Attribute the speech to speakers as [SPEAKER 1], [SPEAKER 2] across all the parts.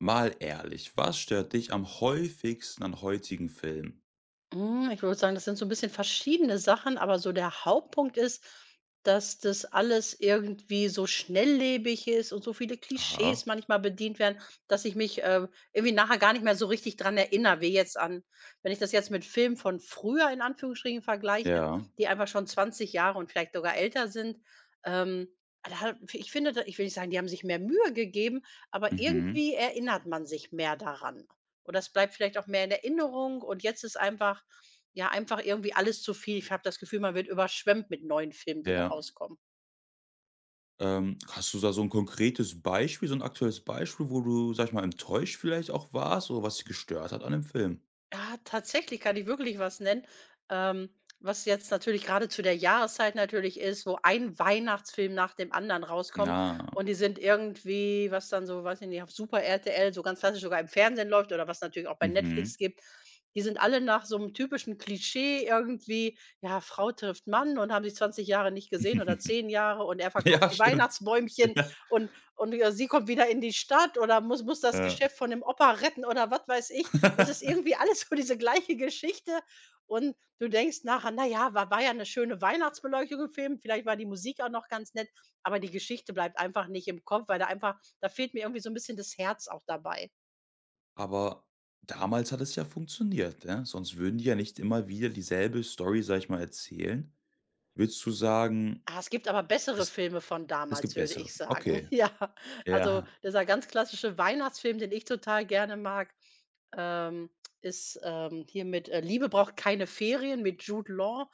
[SPEAKER 1] Mal ehrlich, was stört dich am häufigsten an heutigen Filmen?
[SPEAKER 2] Hm, ich würde sagen, das sind so ein bisschen verschiedene Sachen, aber so der Hauptpunkt ist, dass das alles irgendwie so schnelllebig ist und so viele
[SPEAKER 1] Aha,
[SPEAKER 2] Klischees manchmal bedient werden, dass ich mich, irgendwie nachher gar nicht mehr so richtig dran erinnere, wie jetzt an wenn ich das jetzt mit Filmen von früher in Anführungsstrichen vergleiche,
[SPEAKER 1] ja,
[SPEAKER 2] die einfach schon 20 Jahre und vielleicht sogar älter sind. Ähm, da hat ich finde, da ich will nicht sagen, die haben sich mehr Mühe gegeben, aber
[SPEAKER 1] mhm,
[SPEAKER 2] irgendwie erinnert man sich mehr daran. Und das bleibt vielleicht auch mehr in Erinnerung, und jetzt ist einfach ja, einfach irgendwie alles zu viel. Ich habe das Gefühl, man wird überschwemmt mit neuen Filmen, die da
[SPEAKER 1] ja.
[SPEAKER 2] rauskommen.
[SPEAKER 1] Hast du da so 'n konkretes Beispiel, so 'n aktuelles Beispiel, wo du, sage ich mal, enttäuscht vielleicht auch warst oder was dich gestört hat an dem Film?
[SPEAKER 2] Ja, tatsächlich kann ich wirklich was nennen, was jetzt natürlich gerade zu der Jahreszeit natürlich ist, wo ein Weihnachtsfilm nach dem anderen rauskommt,
[SPEAKER 1] Ah,
[SPEAKER 2] und die sind irgendwie was dann so, weiß ich nicht, auf Super RTL, so ganz klassisch sogar im Fernsehen läuft oder was natürlich auch bei
[SPEAKER 1] mhm.
[SPEAKER 2] Netflix gibt. Die sind alle nach so einem typischen Klischee irgendwie, ja, Frau trifft Mann und haben sich 20 Jahre nicht gesehen oder 10 Jahre, und er verkauft
[SPEAKER 1] Ja,
[SPEAKER 2] die
[SPEAKER 1] stimmt.
[SPEAKER 2] Weihnachtsbäumchen
[SPEAKER 1] Ja,
[SPEAKER 2] und sie kommt wieder in die Stadt oder muss das
[SPEAKER 1] ja.
[SPEAKER 2] Geschäft von dem Opa retten oder was weiß ich. Es ist irgendwie alles so diese gleiche Geschichte, und du denkst nachher: „Na ja, war ja 'ne schöne Weihnachtsbeleuchtung im Film, vielleicht war die Musik auch noch ganz nett“, aber die Geschichte bleibt einfach nicht im Kopf, weil da einfach da fehlt mir irgendwie so 'n bisschen das Herz auch dabei.
[SPEAKER 1] Aber damals hat es ja funktioniert, ne? Sonst würden die ja nicht immer wieder dieselbe Story, sage ich mal, erzählen. Würdest du sagen,
[SPEAKER 2] Ah, es gibt aber bessere
[SPEAKER 1] es
[SPEAKER 2] Filme von
[SPEAKER 1] es gibt
[SPEAKER 2] damals, würde
[SPEAKER 1] bessere
[SPEAKER 2] ich
[SPEAKER 1] F
[SPEAKER 2] sagen.
[SPEAKER 1] okay.
[SPEAKER 2] Ja, also
[SPEAKER 1] Ja.
[SPEAKER 2] dieser ganz klassische Weihnachtsfilm, den ich total gerne mag, ähm, ist, hier mit, „Liebe braucht keine Ferien“ mit Jude Law.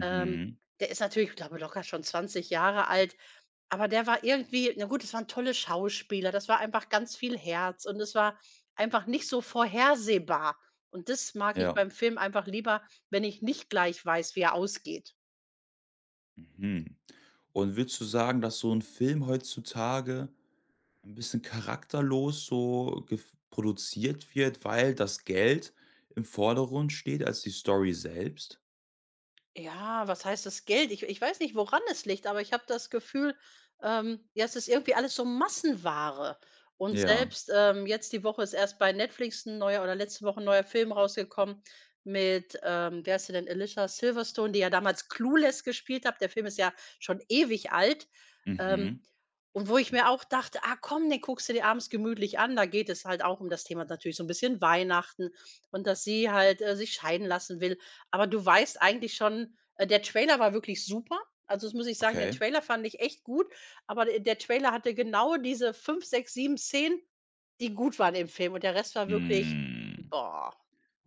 [SPEAKER 2] Ähm, der ist natürlich, ich glaube, locker schon 20 Jahre alt, aber der war irgendwie na gut, es waren tolle Schauspieler, das war einfach ganz viel Herz und es war einfach nicht so vorhersehbar. Und das mag ich
[SPEAKER 1] Ja.
[SPEAKER 2] beim Film einfach lieber, wenn ich nicht gleich weiß, wie er ausgeht.
[SPEAKER 1] Mhm. Und würdest du sagen, dass so 'n Film heutzutage 'n bisschen charakterlos so gef produziert wird, weil das Geld im Vordergrund steht als die Story selbst?
[SPEAKER 2] Ja, was heißt das Geld? Ich weiß nicht, woran es liegt, aber ich habe das Gefühl, ja, es ist irgendwie alles so Massenware. Und
[SPEAKER 1] Ja.
[SPEAKER 2] selbst, jetzt die Woche ist erst bei Netflix ein neuer oder letzte Woche ein neuer Film rausgekommen mit, wer ist sie denn? Alicia Silverstone, die ja damals Clueless gespielt hat. Der Film ist ja schon ewig alt.
[SPEAKER 1] Mhm.
[SPEAKER 2] Ähm, und wo ich mir auch dachte: „Ah komm, den guckst du dir abends gemütlich an.“ Da geht es halt auch um das Thema, natürlich so ein bisschen Weihnachten, und dass sie halt, sich scheiden lassen will. Aber du weißt eigentlich schon der Trailer war wirklich super. Also, das muss ich sagen, den
[SPEAKER 1] Okay.
[SPEAKER 2] Trailer fand ich echt gut, aber d der Trailer hatte genau diese 5, 6, sieben Szenen, die gut waren im Film, und der Rest war wirklich,
[SPEAKER 1] Mhm.
[SPEAKER 2] boah.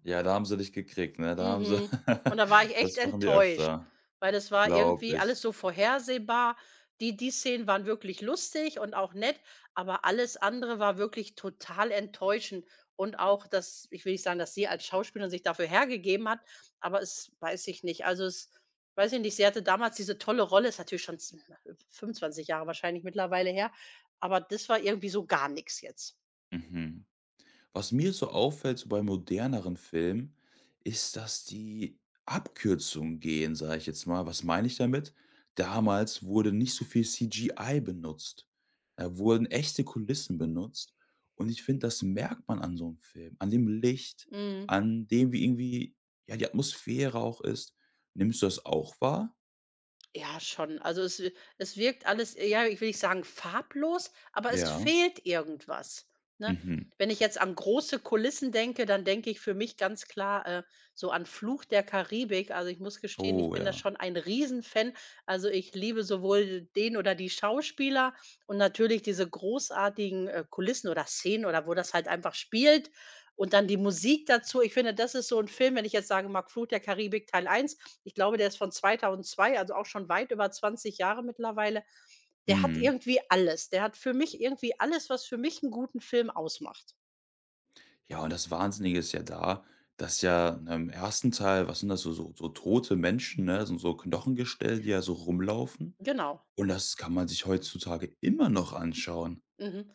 [SPEAKER 1] Ja, da haben sie dich gekriegt, ne? Da haben sie
[SPEAKER 2] Mhm. Und da war ich echt
[SPEAKER 1] das machen die
[SPEAKER 2] enttäuscht,
[SPEAKER 1] öfter,
[SPEAKER 2] weil das war
[SPEAKER 1] glaube
[SPEAKER 2] irgendwie
[SPEAKER 1] ich.
[SPEAKER 2] alles so vorhersehbar. Die Szenen waren wirklich lustig und auch nett, aber alles andere war wirklich total enttäuschend. Und auch, dass ich will nicht sagen, dass sie als Schauspielerin sich dafür hergegeben hat, aber es, weiß ich nicht. Also, es, weiß ich nicht, sie hatte damals diese tolle Rolle, ist natürlich schon z 25 Jahre wahrscheinlich mittlerweile her, aber das war irgendwie so gar nichts jetzt.
[SPEAKER 1] Mhm. Was mir so auffällt, so bei moderneren Filmen, ist, dass die Abkürzungen gehen, sage ich jetzt mal. Was meine ich damit? Damals wurde nicht so viel CGI benutzt. Da wurden echte Kulissen benutzt. Und ich finde, das merkt man an so einem Film, an dem Licht,
[SPEAKER 2] Mhm.
[SPEAKER 1] an dem, wie irgendwie, ja, die Atmosphäre auch ist. Nimmst du das auch wahr?
[SPEAKER 2] Ja, schon. Also, es wirkt alles, ja, ich will nicht sagen farblos, aber es
[SPEAKER 1] Ja.
[SPEAKER 2] fehlt irgendwas, ne?
[SPEAKER 1] Mhm.
[SPEAKER 2] Wenn ich jetzt an große Kulissen denke, dann denke ich für mich ganz klar, so an Fluch der Karibik. Also, ich muss gestehen, ich
[SPEAKER 1] Oh
[SPEAKER 2] bin da
[SPEAKER 1] ja.
[SPEAKER 2] schon ein Riesenfan. Also, ich liebe sowohl den oder die Schauspieler und natürlich diese großartigen, Kulissen oder Szenen oder wo das halt einfach spielt, und dann die Musik dazu. Ich finde, das ist so 'n Film, wenn ich jetzt sage, mag: „Fluch der Karibik Teil eins.“ Ich glaube, der ist von 2002, also auch schon weit über 20 Jahre mittlerweile. Der hat
[SPEAKER 1] Mhm.
[SPEAKER 2] irgendwie alles. Der hat für mich irgendwie alles, was für mich 'n guten Film ausmacht.
[SPEAKER 1] Ja, und das Wahnsinnige ist ja da, dass ja, ne, im ersten Teil was sind das so tote Menschen, ne, so Knochengestell, die ja so rumlaufen.
[SPEAKER 2] Genau.
[SPEAKER 1] Und das kann man sich heutzutage immer noch anschauen.
[SPEAKER 2] Mhm.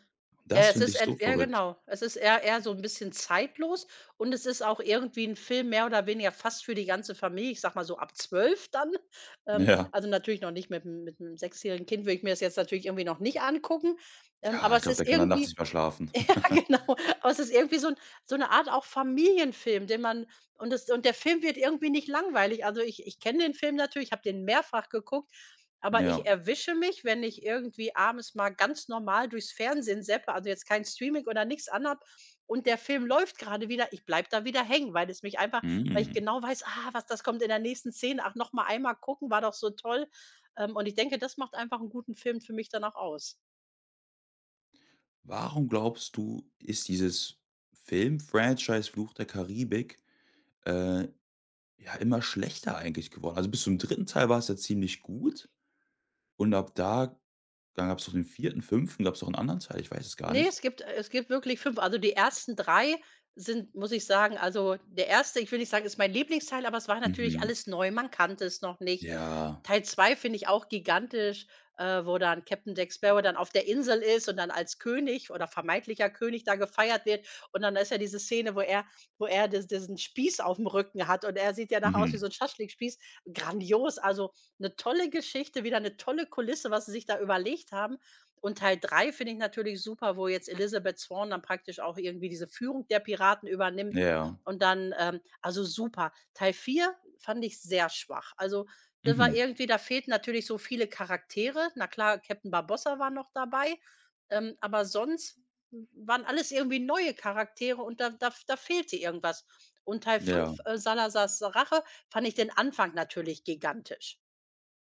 [SPEAKER 2] Ja,
[SPEAKER 1] Das
[SPEAKER 2] es
[SPEAKER 1] finde
[SPEAKER 2] ist
[SPEAKER 1] ich so
[SPEAKER 2] ent ja
[SPEAKER 1] verrückt.
[SPEAKER 2] genau. Es ist eher eher so 'n bisschen zeitlos, und es ist auch irgendwie 'n Film mehr oder weniger fast für die ganze Familie. Ich sage mal so ab 12 dann.
[SPEAKER 1] Ja.
[SPEAKER 2] Also, natürlich noch nicht mit 'm sechsjährigen Kind würde ich mir das jetzt natürlich irgendwie noch nicht angucken.
[SPEAKER 1] Ja,
[SPEAKER 2] Aber
[SPEAKER 1] ich
[SPEAKER 2] es
[SPEAKER 1] glaube,
[SPEAKER 2] ist
[SPEAKER 1] der kann dann nachts
[SPEAKER 2] irgendwie
[SPEAKER 1] nicht mehr schlafen.
[SPEAKER 2] ja, genau. Aber es ist irgendwie so 'n so 'ne Art auch Familienfilm, den man, und das, und der Film wird irgendwie nicht langweilig. Also, ich kenne den Film natürlich, habe den mehrfach geguckt, aber ich
[SPEAKER 1] Ja.
[SPEAKER 2] erwische mich, wenn ich irgendwie abends mal ganz normal durchs Fernsehen zappe, also, jetzt kein Streaming oder nichts an, und der Film läuft gerade wieder, ich bleib da wieder hängen, weil es mich einfach, weil ich
[SPEAKER 1] Mhm.
[SPEAKER 2] genau weiß: „Ah, was, das kommt in der nächsten Szene. Ach, noch mal einmal gucken, war doch so toll.“ und ich denke, das macht einfach einen guten Film für mich dann auch aus.
[SPEAKER 1] Warum glaubst du, ist dieses Film-Franchise „Fluch der Karibik", äh, ja, immer schlechter eigentlich geworden? Also, bis zum dritten Teil war es ja ziemlich gut. Und ab da dann gab's noch den 4., 5. gab's noch 'n anderen Teil, ich weiß es gar
[SPEAKER 2] Nee,
[SPEAKER 1] nicht.
[SPEAKER 2] es gibt wirklich 5. Also, die ersten 3 sind, muss ich sagen, also, der erste, ich will nicht sagen, ist mein Lieblingsteil, aber es war natürlich
[SPEAKER 1] Mhm.
[SPEAKER 2] alles neu, man kannte es noch nicht.
[SPEAKER 1] Ja.
[SPEAKER 2] Teil 2 finde ich auch gigantisch, wo dann Captain Jack Sparrow dann auf der Insel ist und dann als König oder vermeintlicher König da gefeiert wird. Und dann ist ja diese Szene, wo er dis diesen Spieß auf dem Rücken hat und er sieht ja nachher aus wie
[SPEAKER 1] Mhm.
[SPEAKER 2] so ein Schaschlikspieß. Grandios, also, eine tolle Geschichte, wieder eine tolle Kulisse, was sie sich da überlegt haben. Und Teil 3 finde ich natürlich super, wo jetzt Elizabeth Swann dann praktisch auch irgendwie diese Führung der Piraten übernimmt,
[SPEAKER 1] Ja.
[SPEAKER 2] und dann also super. Teil 4 fand ich sehr schwach. Also, das war
[SPEAKER 1] Mhm.
[SPEAKER 2] irgendwie da fehlten natürlich so viele Charaktere. Na klar, Captain Barbossa war noch dabei, aber sonst waren alles irgendwie neue Charaktere, und da fehlte irgendwas. Und Teil
[SPEAKER 1] Ja.
[SPEAKER 2] fünf, Salazars Rache, fand ich den Anfang natürlich gigantisch.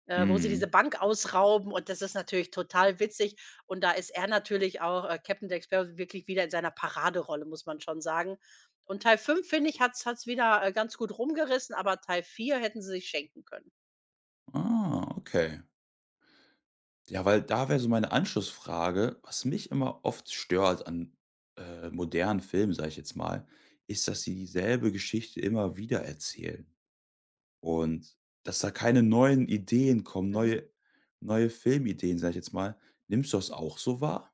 [SPEAKER 2] Wo sie diese
[SPEAKER 1] Mhm.
[SPEAKER 2] Bank ausrauben und das ist natürlich total witzig, und da ist er natürlich auch, Captain Jack Sparrow wirklich wieder in seiner Paraderolle, muss man schon sagen. Und Teil 5 finde ich, hat es wieder, ganz gut rumgerissen, aber Teil 4 hätten sie sich schenken können.
[SPEAKER 1] Ah, okay. Ja, weil da wäre so meine Anschlussfrage, was mich immer oft stört an, modernen Filmen, sage ich jetzt mal, ist, dass sie dieselbe Geschichte immer wieder erzählen und dass da keine neuen Ideen kommen,
[SPEAKER 2] Mhm.
[SPEAKER 1] neue Filmideen, sage ich jetzt mal. Nimmst du das auch so wahr?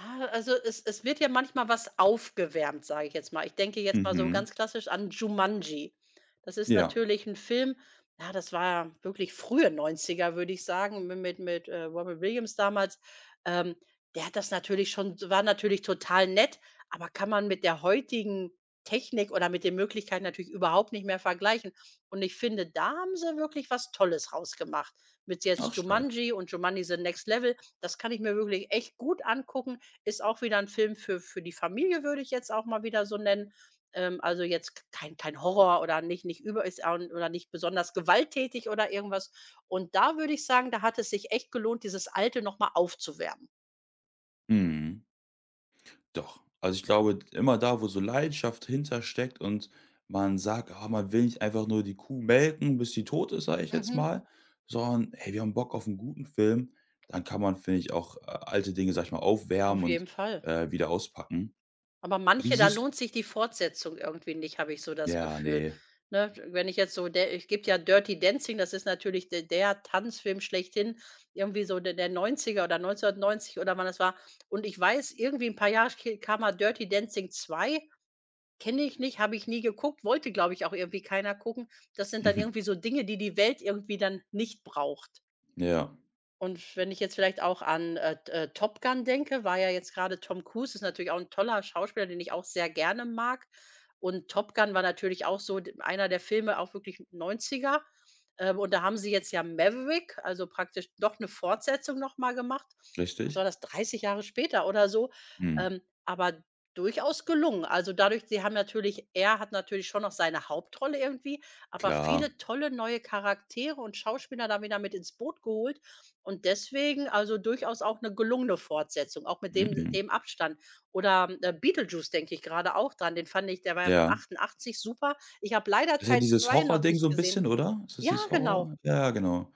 [SPEAKER 2] Ah, also es wird ja manchmal was aufgewärmt, sage ich jetzt mal. Ich denke jetzt mal so
[SPEAKER 1] Mhm.
[SPEAKER 2] ganz klassisch an Jumanji. Das ist
[SPEAKER 1] Ja.
[SPEAKER 2] natürlich ein Film, ja, das war wirklich frühe 90er, würde ich sagen, mi mit, Robin Williams damals. Ähm, der hat das natürlich schon, war natürlich total nett, aber kann man mit der heutigen Technik oder mit den Möglichkeiten natürlich überhaupt nicht mehr vergleichen. Und ich finde, da haben sie wirklich was Tolles rausgemacht. Mit
[SPEAKER 1] Ach,
[SPEAKER 2] jetzt
[SPEAKER 1] stark.
[SPEAKER 2] Jumanji und Jumanji: The Next Level, das kann ich mir wirklich echt gut angucken. Ist auch wieder 'n Film für die Familie, würde ich jetzt auch mal wieder so nennen. Also jetzt k kein kein Horror oder nicht über, ist auch oder nicht besonders gewalttätig oder irgendwas. Und da würde ich sagen, da hat es sich echt gelohnt, dieses Alte noch mal aufzuwärmen.
[SPEAKER 1] Mhm, doch. Also, ich glaube, immer da, wo so Leidenschaft hintersteckt und man sagt: „Ah, man will nicht einfach nur die Kuh melken, bis sie tot ist", sage ich jetzt
[SPEAKER 2] Mhm.
[SPEAKER 1] mal, sondern: „Hey, wir haben Bock auf einen guten Film", dann kann man, finde ich, auch, alte Dinge, sage ich mal, aufwärmen
[SPEAKER 2] Auf
[SPEAKER 1] und,
[SPEAKER 2] jeden Fall.
[SPEAKER 1] wieder auspacken.
[SPEAKER 2] Aber
[SPEAKER 1] Wie
[SPEAKER 2] manche, da
[SPEAKER 1] siehst
[SPEAKER 2] lohnt sich die Fortsetzung irgendwie nicht, habe ich so das
[SPEAKER 1] Ja,
[SPEAKER 2] Gefühl.
[SPEAKER 1] ne.
[SPEAKER 2] Ne, wenn ich jetzt so der, es gibt ja Dirty Dancing, das ist natürlich de der Tanzfilm schlechthin, irgendwie so der 90 oder 1990 oder wann das war. Und ich weiß, irgendwie ein paar Jahre sch kam mal Dirty Dancing 2, kenne ich nicht, habe ich nie geguckt, wollte, glaube ich, auch irgendwie keiner gucken. Das sind dann
[SPEAKER 1] Mhm.
[SPEAKER 2] irgendwie so Dinge, die die Welt irgendwie dann nicht braucht.
[SPEAKER 1] Ja,
[SPEAKER 2] Und wenn ich jetzt vielleicht auch an, T Top Gun denke, war ja jetzt gerade, Tom Cruise ist natürlich auch ein toller Schauspieler, den ich auch sehr gerne mag. Und Top Gun war natürlich auch so d einer der Filme, auch wirklich 90er. Und da haben sie jetzt ja Maverick, also praktisch doch eine Fortsetzung noch mal gemacht. Was
[SPEAKER 1] richtig.
[SPEAKER 2] war das, 30 Jahre später oder so?
[SPEAKER 1] Mhm.
[SPEAKER 2] Aber durchaus gelungen. Also dadurch, sie haben natürlich, er hat natürlich schon noch seine Hauptrolle irgendwie, aber
[SPEAKER 1] Klar.
[SPEAKER 2] viele tolle neue Charaktere und Schauspieler da wieder mit ins Boot geholt, und deswegen, also durchaus auch eine gelungene Fortsetzung, auch mit dem
[SPEAKER 1] Mhm.
[SPEAKER 2] dem Abstand. Oder, Beetlejuice denke ich gerade auch dran, den fand ich, der war ja von
[SPEAKER 1] Ja.
[SPEAKER 2] '88 super. Ich habe leider
[SPEAKER 1] Ist ja
[SPEAKER 2] Teil
[SPEAKER 1] dieses
[SPEAKER 2] 2 noch
[SPEAKER 1] Horror-Ding so
[SPEAKER 2] nicht
[SPEAKER 1] ein
[SPEAKER 2] gesehen.
[SPEAKER 1] bisschen, oder? Ist das
[SPEAKER 2] Ja,
[SPEAKER 1] dieses
[SPEAKER 2] genau.
[SPEAKER 1] Horror? Ja, ja, genau.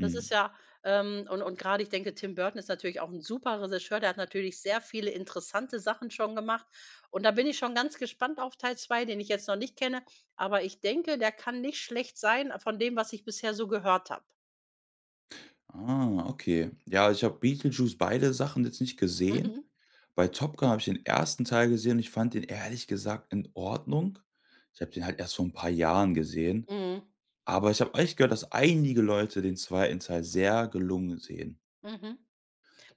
[SPEAKER 2] Das ist ja und gerade ich denke, Tim Burton ist natürlich auch ein super Regisseur, der hat natürlich sehr viele interessante Sachen schon gemacht. Und da bin ich schon ganz gespannt auf Teil 2, den ich jetzt noch nicht kenne, aber ich denke, der kann nicht schlecht sein von dem, was ich bisher so gehört habe.
[SPEAKER 1] Ah, okay. Ja, ich habe Beetlejuice beide Sachen jetzt nicht gesehen.
[SPEAKER 2] Mhm.
[SPEAKER 1] Bei Top Gun habe ich den ersten Teil gesehen und ich fand den ehrlich gesagt in Ordnung. Ich habe den halt erst vor ein paar Jahren gesehen,
[SPEAKER 2] Mhm.
[SPEAKER 1] aber ich habe echt gehört, dass einige Leute den zweiten Teil sehr gelungen sehen.
[SPEAKER 2] Mhm.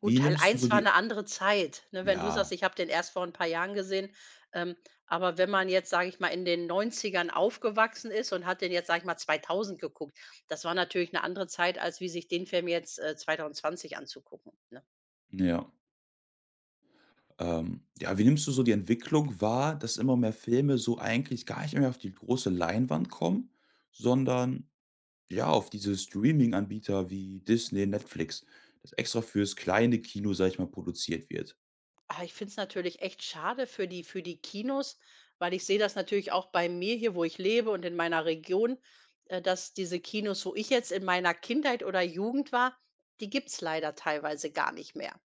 [SPEAKER 2] Gut,
[SPEAKER 1] Wie
[SPEAKER 2] Teil
[SPEAKER 1] nimmst du so
[SPEAKER 2] eins war
[SPEAKER 1] die
[SPEAKER 2] 'ne andere Zeit, ne? Wenn du
[SPEAKER 1] Ja,
[SPEAKER 2] sagst: „Ich habe den erst vor 'n paar Jahren gesehen“, ähm, aber wenn man jetzt, sage ich mal, in den Neunzigern aufgewachsen ist und hat den jetzt, sage ich mal, 2000 geguckt, das war natürlich 'ne andere Zeit, als wie sich den Film jetzt, 2020 anzugucken, ne?
[SPEAKER 1] ja, ja, wie nimmst du so die Entwicklung wahr, dass immer mehr Filme so eigentlich gar nicht mehr auf die große Leinwand kommen, sondern ja, auf diese Streaming-Anbieter wie Disney, Netflix, das extra fürs kleine Kino, sage ich mal, produziert wird.
[SPEAKER 2] Aber ich finde es natürlich echt schade für die Kinos, weil ich sehe das natürlich auch bei mir hier, wo ich lebe und in meiner Region, dass diese Kinos, wo ich jetzt in meiner Kindheit oder Jugend war, die gibt's leider teilweise gar nicht mehr.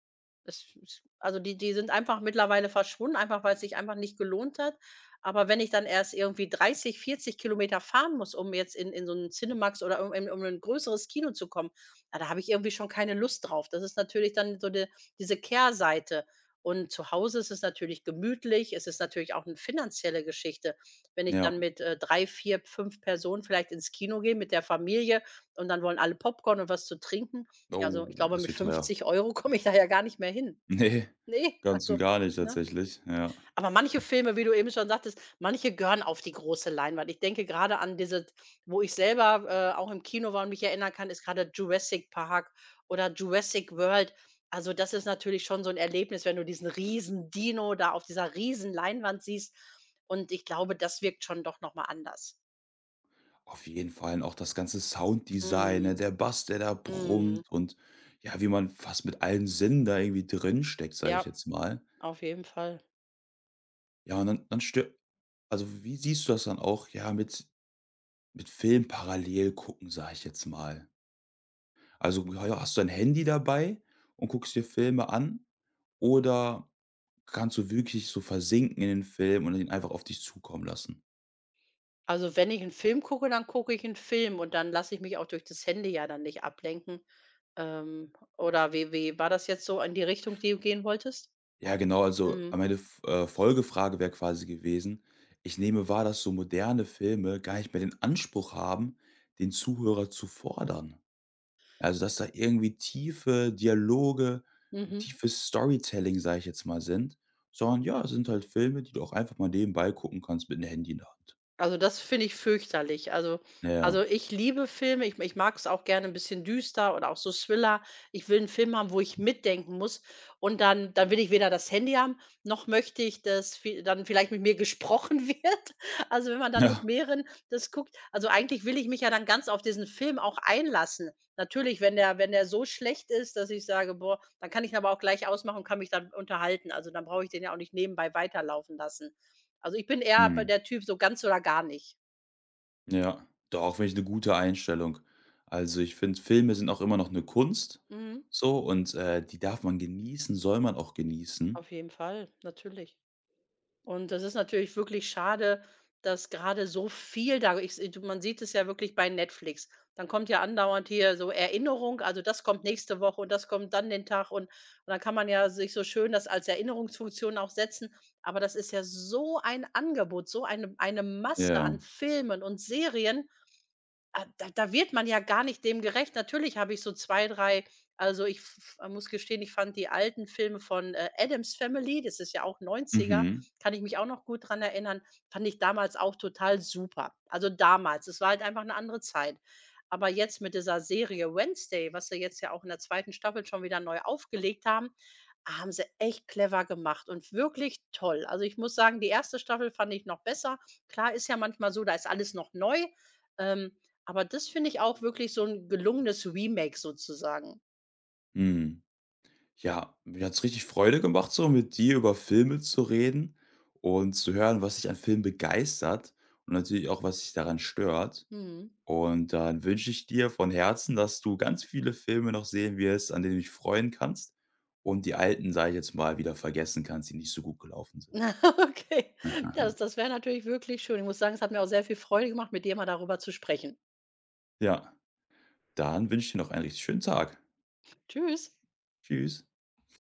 [SPEAKER 2] Es also, die sind einfach mittlerweile verschwunden, einfach weil es sich einfach nicht gelohnt hat. Aber wenn ich dann erst irgendwie 30, 40 Kilometer fahren muss, um jetzt in so einen Cinemax oder um in um ein größeres Kino zu kommen, na, da habe ich irgendwie schon keine Lust drauf. Das ist natürlich dann so de diese Kehrseite. Und zu Hause ist es natürlich gemütlich. Es ist natürlich auch eine finanzielle Geschichte. Wenn ich
[SPEAKER 1] Ja.
[SPEAKER 2] dann mit, 3, 4, 5 Personen vielleicht ins Kino gehe mit der Familie und dann wollen alle Popcorn und was zu trinken, also, ich
[SPEAKER 1] Oh,
[SPEAKER 2] glaube,
[SPEAKER 1] das
[SPEAKER 2] mit
[SPEAKER 1] wird teuer.
[SPEAKER 2] 50 € komme ich da ja gar nicht mehr hin.
[SPEAKER 1] Ne,
[SPEAKER 2] Ne,
[SPEAKER 1] ganz und
[SPEAKER 2] also,
[SPEAKER 1] gar nicht
[SPEAKER 2] ne?
[SPEAKER 1] tatsächlich, ja.
[SPEAKER 2] Aber manche Filme, wie du eben schon sagtest, manche gehören auf die große Leinwand. Ich denke grade an diese, wo ich selber, auch im Kino war und mich erinnern kann, ist grade Jurassic Park oder Jurassic World. Also, das ist natürlich schon so 'n Erlebnis, wenn du diesen riesen Dino da auf dieser riesen Leinwand siehst. Und ich glaube, das wirkt schon doch noch mal anders.
[SPEAKER 1] Auf jeden Fall und auch das ganze Sounddesign,
[SPEAKER 2] Mhm,
[SPEAKER 1] ne, der Bass, der da
[SPEAKER 2] mhm.
[SPEAKER 1] brummt und ja, wie man fast mit allen Sinnen da irgendwie drinsteckt, sage ich
[SPEAKER 2] Ja,
[SPEAKER 1] jetzt mal.
[SPEAKER 2] auf jeden Fall.
[SPEAKER 1] Ja, und dann stö also, wie siehst du das dann auch, ja, mit Film parallel gucken, sage ich jetzt mal? Also, ja, ja, hast du dein Handy dabei und guckst dir Filme an oder kannst du wirklich so versinken in den Film und ihn einfach auf dich zukommen lassen?
[SPEAKER 2] Also, wenn ich einen Film gucke, dann gucke ich einen Film und dann lasse ich mich auch durch das Handy ja dann nicht ablenken. Oder wie war das jetzt so in die Richtung, die du gehen wolltest?
[SPEAKER 1] Ja, genau, also,
[SPEAKER 2] Mhm.
[SPEAKER 1] meine F Folgefrage wäre quasi gewesen: Ich nehme wahr, dass so moderne Filme gar nicht mehr den Anspruch haben, den Zuhörer zu fordern. Also, dass da irgendwie tiefe Dialoge,
[SPEAKER 2] Mhm.
[SPEAKER 1] tiefes Storytelling, sage ich jetzt mal, sind, sondern ja, es sind halt Filme, die du auch einfach mal nebenbei gucken kannst mit dem Handy in der Hand.
[SPEAKER 2] Also, das finde ich fürchterlich.
[SPEAKER 1] Ja, ja.
[SPEAKER 2] Also, ich liebe Filme. Ich mag es auch gerne ein bisschen düster oder auch so Thriller. Ich will einen Film haben, wo ich mitdenken muss, und dann will ich weder das Handy haben, noch möchte ich, dass vi dann vielleicht mit mir gesprochen wird. Also, wenn man dann
[SPEAKER 1] Ja,
[SPEAKER 2] mit mehreren das guckt, also, eigentlich will ich mich ja dann ganz auf diesen Film auch einlassen. Natürlich, wenn der so schlecht ist, dass ich sage: „Boah“, dann kann ich ihn aber auch gleich ausmachen und kann mich dann unterhalten. Also, dann brauche ich den ja auch nicht nebenbei weiterlaufen lassen. Also, ich bin eher bei
[SPEAKER 1] mhm.
[SPEAKER 2] der Typ so ganz oder gar nicht.
[SPEAKER 1] Ja, doch, finde ich 'ne gute Einstellung. Also, ich finde, Filme sind auch immer noch 'ne Kunst,
[SPEAKER 2] Mhm.
[SPEAKER 1] so und, die darf man genießen, soll man auch genießen.
[SPEAKER 2] Auf jeden Fall, natürlich. Und das ist natürlich wirklich schade, dass gerade so viel da ich s du man sieht es ja wirklich bei Netflix. Dann kommt ja andauernd hier so Erinnerung, also, das kommt nächste Woche und das kommt dann den Tag und dann kann man ja sich so schön das als Erinnerungsfunktion auch setzen. Aber das ist ja so ein Angebot, so eine Masse an
[SPEAKER 1] Ja.
[SPEAKER 2] Filmen und Serien. Ah, da wird man ja gar nicht dem gerecht. Natürlich habe ich so 2, 3. Also, ich f f muss gestehen, ich fand die alten Filme von, Addams Family, das ist ja auch Neunziger,
[SPEAKER 1] Mhm.
[SPEAKER 2] kann ich mich auch noch gut dran erinnern, fand ich damals auch total super. Also, damals, es war halt einfach eine andere Zeit. Aber jetzt mit dieser Serie Wednesday, was sie jetzt ja auch in der zweiten Staffel schon wieder neu aufgelegt haben, haben sie echt clever gemacht und wirklich toll. Also, ich muss sagen, die erste Staffel fand ich noch besser. Klar, ist ja manchmal so, da ist alles noch neu. Ähm, aber das finde ich auch wirklich so 'n gelungenes Remake sozusagen.
[SPEAKER 1] Mhm. Ja, mir hat's richtig Freude gemacht, so mit dir über Filme zu reden und zu hören, was dich an Filmen begeistert und natürlich auch, was dich daran stört.
[SPEAKER 2] Mhm.
[SPEAKER 1] Und dann wünsche ich dir von Herzen, dass du ganz viele Filme noch sehen wirst, an denen du dich freuen kannst und die alten, sage ich jetzt mal, wieder vergessen kannst, die nicht so gut gelaufen sind.
[SPEAKER 2] Okay, das das wäre natürlich wirklich schön. Ich muss sagen, es hat mir auch sehr viel Freude gemacht, mit dir mal darüber zu sprechen.
[SPEAKER 1] Ja, dann wünsche ich dir noch einen richtig schönen Tag.
[SPEAKER 2] Tschüss.
[SPEAKER 1] Tschüss.